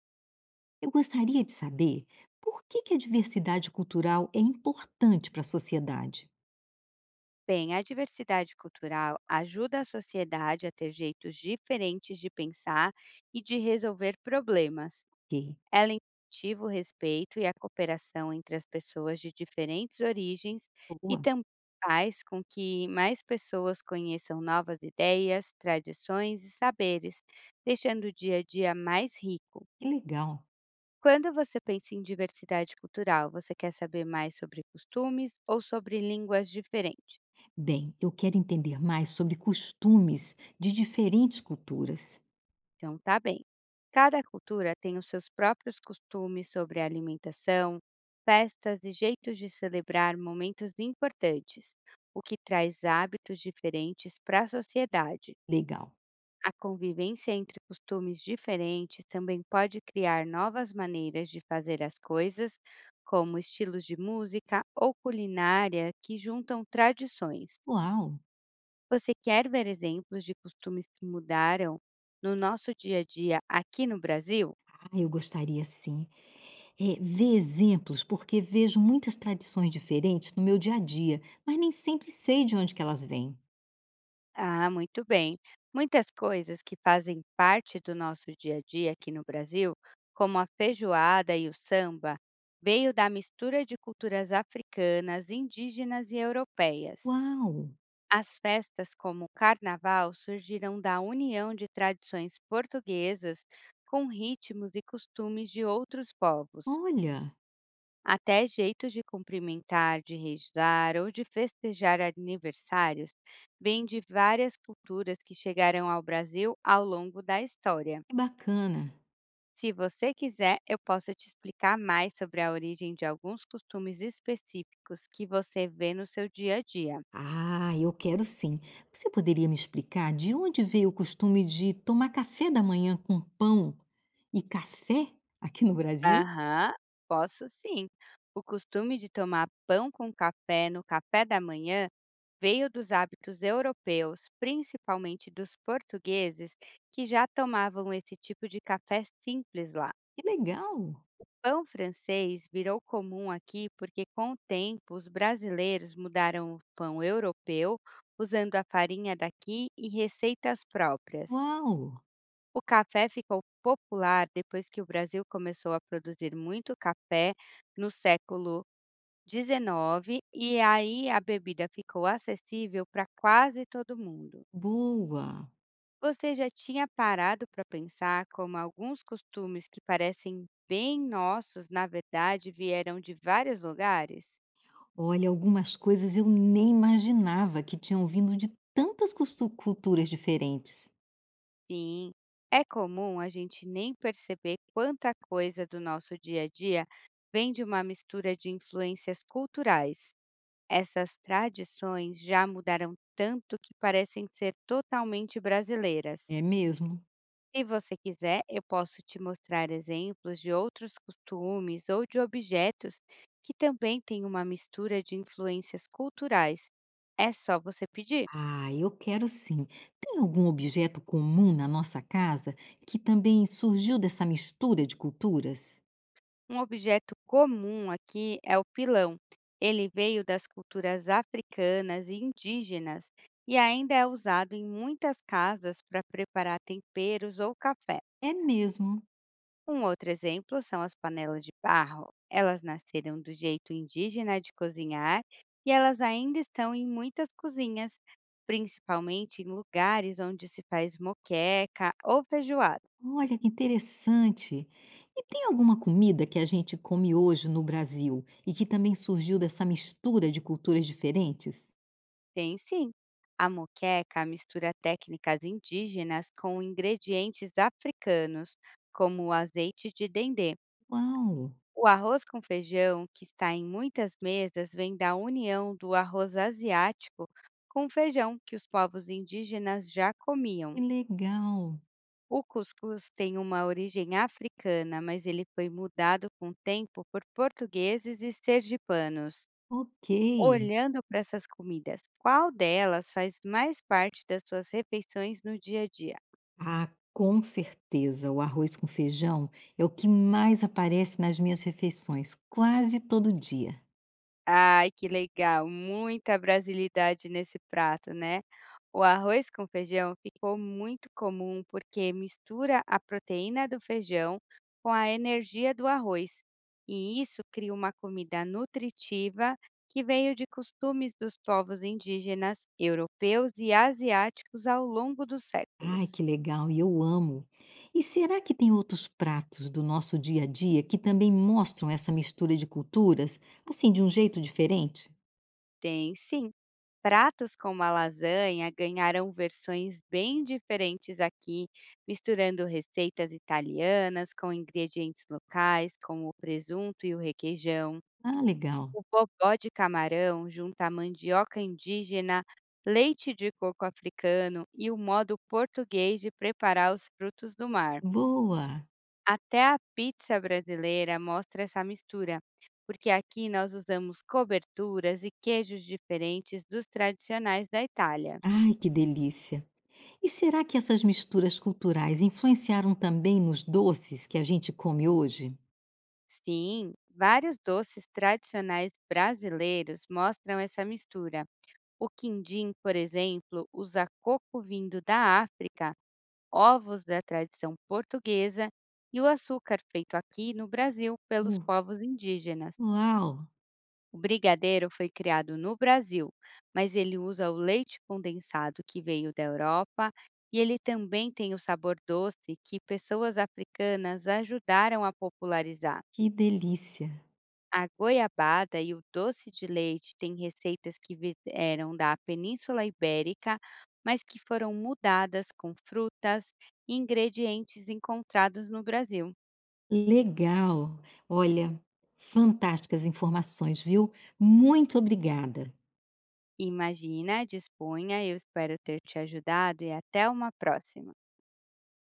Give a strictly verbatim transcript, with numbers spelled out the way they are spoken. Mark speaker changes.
Speaker 1: Eu gostaria de saber por que que a diversidade cultural é importante para a sociedade.
Speaker 2: Bem, a diversidade cultural ajuda a sociedade a ter jeitos diferentes de pensar e de resolver problemas.
Speaker 1: Ok,
Speaker 2: Ela incentiva o respeito e a cooperação entre as pessoas de diferentes origens e
Speaker 1: boa,
Speaker 2: também faz com que mais pessoas conheçam novas ideias, tradições e saberes, deixando o dia a dia mais rico.
Speaker 1: que legal.
Speaker 2: Quando você pensa em diversidade cultural, você quer saber mais sobre costumes ou sobre línguas diferentes?
Speaker 1: Bem, eu quero entender mais sobre costumes de diferentes culturas.
Speaker 2: Então, tá bem. Cada cultura tem os seus próprios costumes sobre alimentação, festas e jeitos de celebrar momentos importantes, o que traz hábitos diferentes para a sociedade.
Speaker 1: Legal.
Speaker 2: A convivência entre costumes diferentes também pode criar novas maneiras de fazer as coisas, como estilos de música ou culinária que juntam tradições.
Speaker 1: Uau!
Speaker 2: Você quer ver exemplos de costumes que mudaram no nosso dia a dia aqui no Brasil?
Speaker 1: Ah, eu gostaria sim. É, ver exemplos, porque vejo muitas tradições diferentes no meu dia a dia, mas nem sempre sei de onde que elas vêm.
Speaker 2: Ah, muito bem. Muitas coisas que fazem parte do nosso dia a dia aqui no Brasil, como a feijoada e o samba, veio da mistura de culturas africanas, indígenas e europeias.
Speaker 1: Uau!
Speaker 2: As festas como o carnaval surgiram da união de tradições portuguesas com ritmos e costumes de outros povos.
Speaker 1: Olha,
Speaker 2: Até jeitos de cumprimentar, de rezar ou de festejar aniversários vêm de várias culturas que chegaram ao Brasil ao longo da história.
Speaker 1: que bacana!
Speaker 2: Se você quiser, eu posso te explicar mais sobre a origem de alguns costumes específicos que você vê no seu dia a dia.
Speaker 1: Ah, eu quero sim. Você poderia me explicar de onde veio o costume de tomar café da manhã com pão e café aqui no Brasil?
Speaker 2: Aham, posso sim. O costume de tomar pão com café no café da manhã veio dos hábitos europeus, principalmente dos portugueses, que já tomavam esse tipo de café simples lá.
Speaker 1: Que legal!
Speaker 2: Pão francês virou comum aqui porque, com o tempo, os brasileiros mudaram o pão europeu, usando a farinha daqui e receitas próprias.
Speaker 1: Uau!
Speaker 2: O café ficou popular depois que o Brasil começou a produzir muito café no século dezenove e aí a bebida ficou acessível para quase todo mundo.
Speaker 1: Boa!
Speaker 2: Você já tinha parado para pensar como alguns costumes que parecem bem nossos, na verdade, vieram de vários lugares?
Speaker 1: Olha, algumas coisas eu nem imaginava que tinham vindo de tantas costu- culturas diferentes.
Speaker 2: Sim, é comum a gente nem perceber quanta coisa do nosso dia a dia vem de uma mistura de influências culturais. Essas tradições já mudaram tanto que parecem ser totalmente brasileiras.
Speaker 1: É mesmo?
Speaker 2: Se você quiser, eu posso te mostrar exemplos de outros costumes ou de objetos que também têm uma mistura de influências culturais. É só você pedir.
Speaker 1: Ah, eu quero sim. Tem algum objeto comum na nossa casa que também surgiu dessa mistura de culturas?
Speaker 2: Um objeto comum aqui é o pilão. Ele veio das culturas africanas e indígenas e ainda é usado em muitas casas para preparar temperos ou café.
Speaker 1: É mesmo.
Speaker 2: Um outro exemplo são as panelas de barro. Elas nasceram do jeito indígena de cozinhar e elas ainda estão em muitas cozinhas, principalmente em lugares onde se faz moqueca ou feijoada.
Speaker 1: Olha que interessante. E tem alguma comida que a gente come hoje no Brasil e que também surgiu dessa mistura de culturas diferentes?
Speaker 2: Tem sim. A moqueca mistura técnicas indígenas com ingredientes africanos, como o azeite de dendê.
Speaker 1: Uau,
Speaker 2: O arroz com feijão, que está em muitas mesas, vem da união do arroz asiático com o feijão que os povos indígenas já comiam.
Speaker 1: que legal.
Speaker 2: O cuscuz tem uma origem africana, mas ele foi mudado com o tempo por portugueses e sergipanos.
Speaker 1: Ok.
Speaker 2: Olhando para essas comidas, qual delas faz mais parte das suas refeições no dia a dia?
Speaker 1: Ah, com certeza, o arroz com feijão é o que mais aparece nas minhas refeições, quase todo dia.
Speaker 2: Ai, que legal, muita brasilidade nesse prato, né. O arroz com feijão ficou muito comum, porque mistura a proteína do feijão com a energia do arroz, e isso cria uma comida nutritiva que veio de costumes dos povos indígenas, europeus e asiáticos ao longo dos
Speaker 1: Ai,
Speaker 2: séculos.
Speaker 1: que legal, e eu amo. E será que tem outros pratos do nosso dia a dia que também mostram essa mistura de culturas, assim, de um jeito diferente?
Speaker 2: Tem sim. Pratos como a lasanha ganharam versões bem diferentes aqui, misturando receitas italianas com ingredientes locais, como o presunto e o requeijão.
Speaker 1: Ah, legal.
Speaker 2: O bobó de camarão junta mandioca indígena, leite de coco africano e o modo português de preparar os frutos do mar.
Speaker 1: Boa!
Speaker 2: Até a pizza brasileira mostra essa mistura, porque aqui nós usamos coberturas e queijos diferentes dos tradicionais da Itália.
Speaker 1: Ai, que delícia! E será que essas misturas culturais influenciaram também nos doces que a gente come hoje?
Speaker 2: Sim, vários doces tradicionais brasileiros mostram essa mistura. O quindim, por exemplo, usa coco vindo da África, ovos da tradição portuguesa e o açúcar feito aqui no Brasil pelos
Speaker 1: Uh,
Speaker 2: povos indígenas.
Speaker 1: Uau,
Speaker 2: O brigadeiro foi criado no Brasil, mas ele usa o leite condensado que veio da Europa e ele também tem o sabor doce que pessoas africanas ajudaram a popularizar.
Speaker 1: que delícia!
Speaker 2: A goiabada e o doce de leite têm receitas que vieram da Península Ibérica, mas que foram mudadas com frutas e ingredientes encontrados no Brasil.
Speaker 1: Legal! Olha, fantásticas informações, viu? Muito obrigada.
Speaker 2: Imagina, disponha, eu espero ter te ajudado e até uma próxima.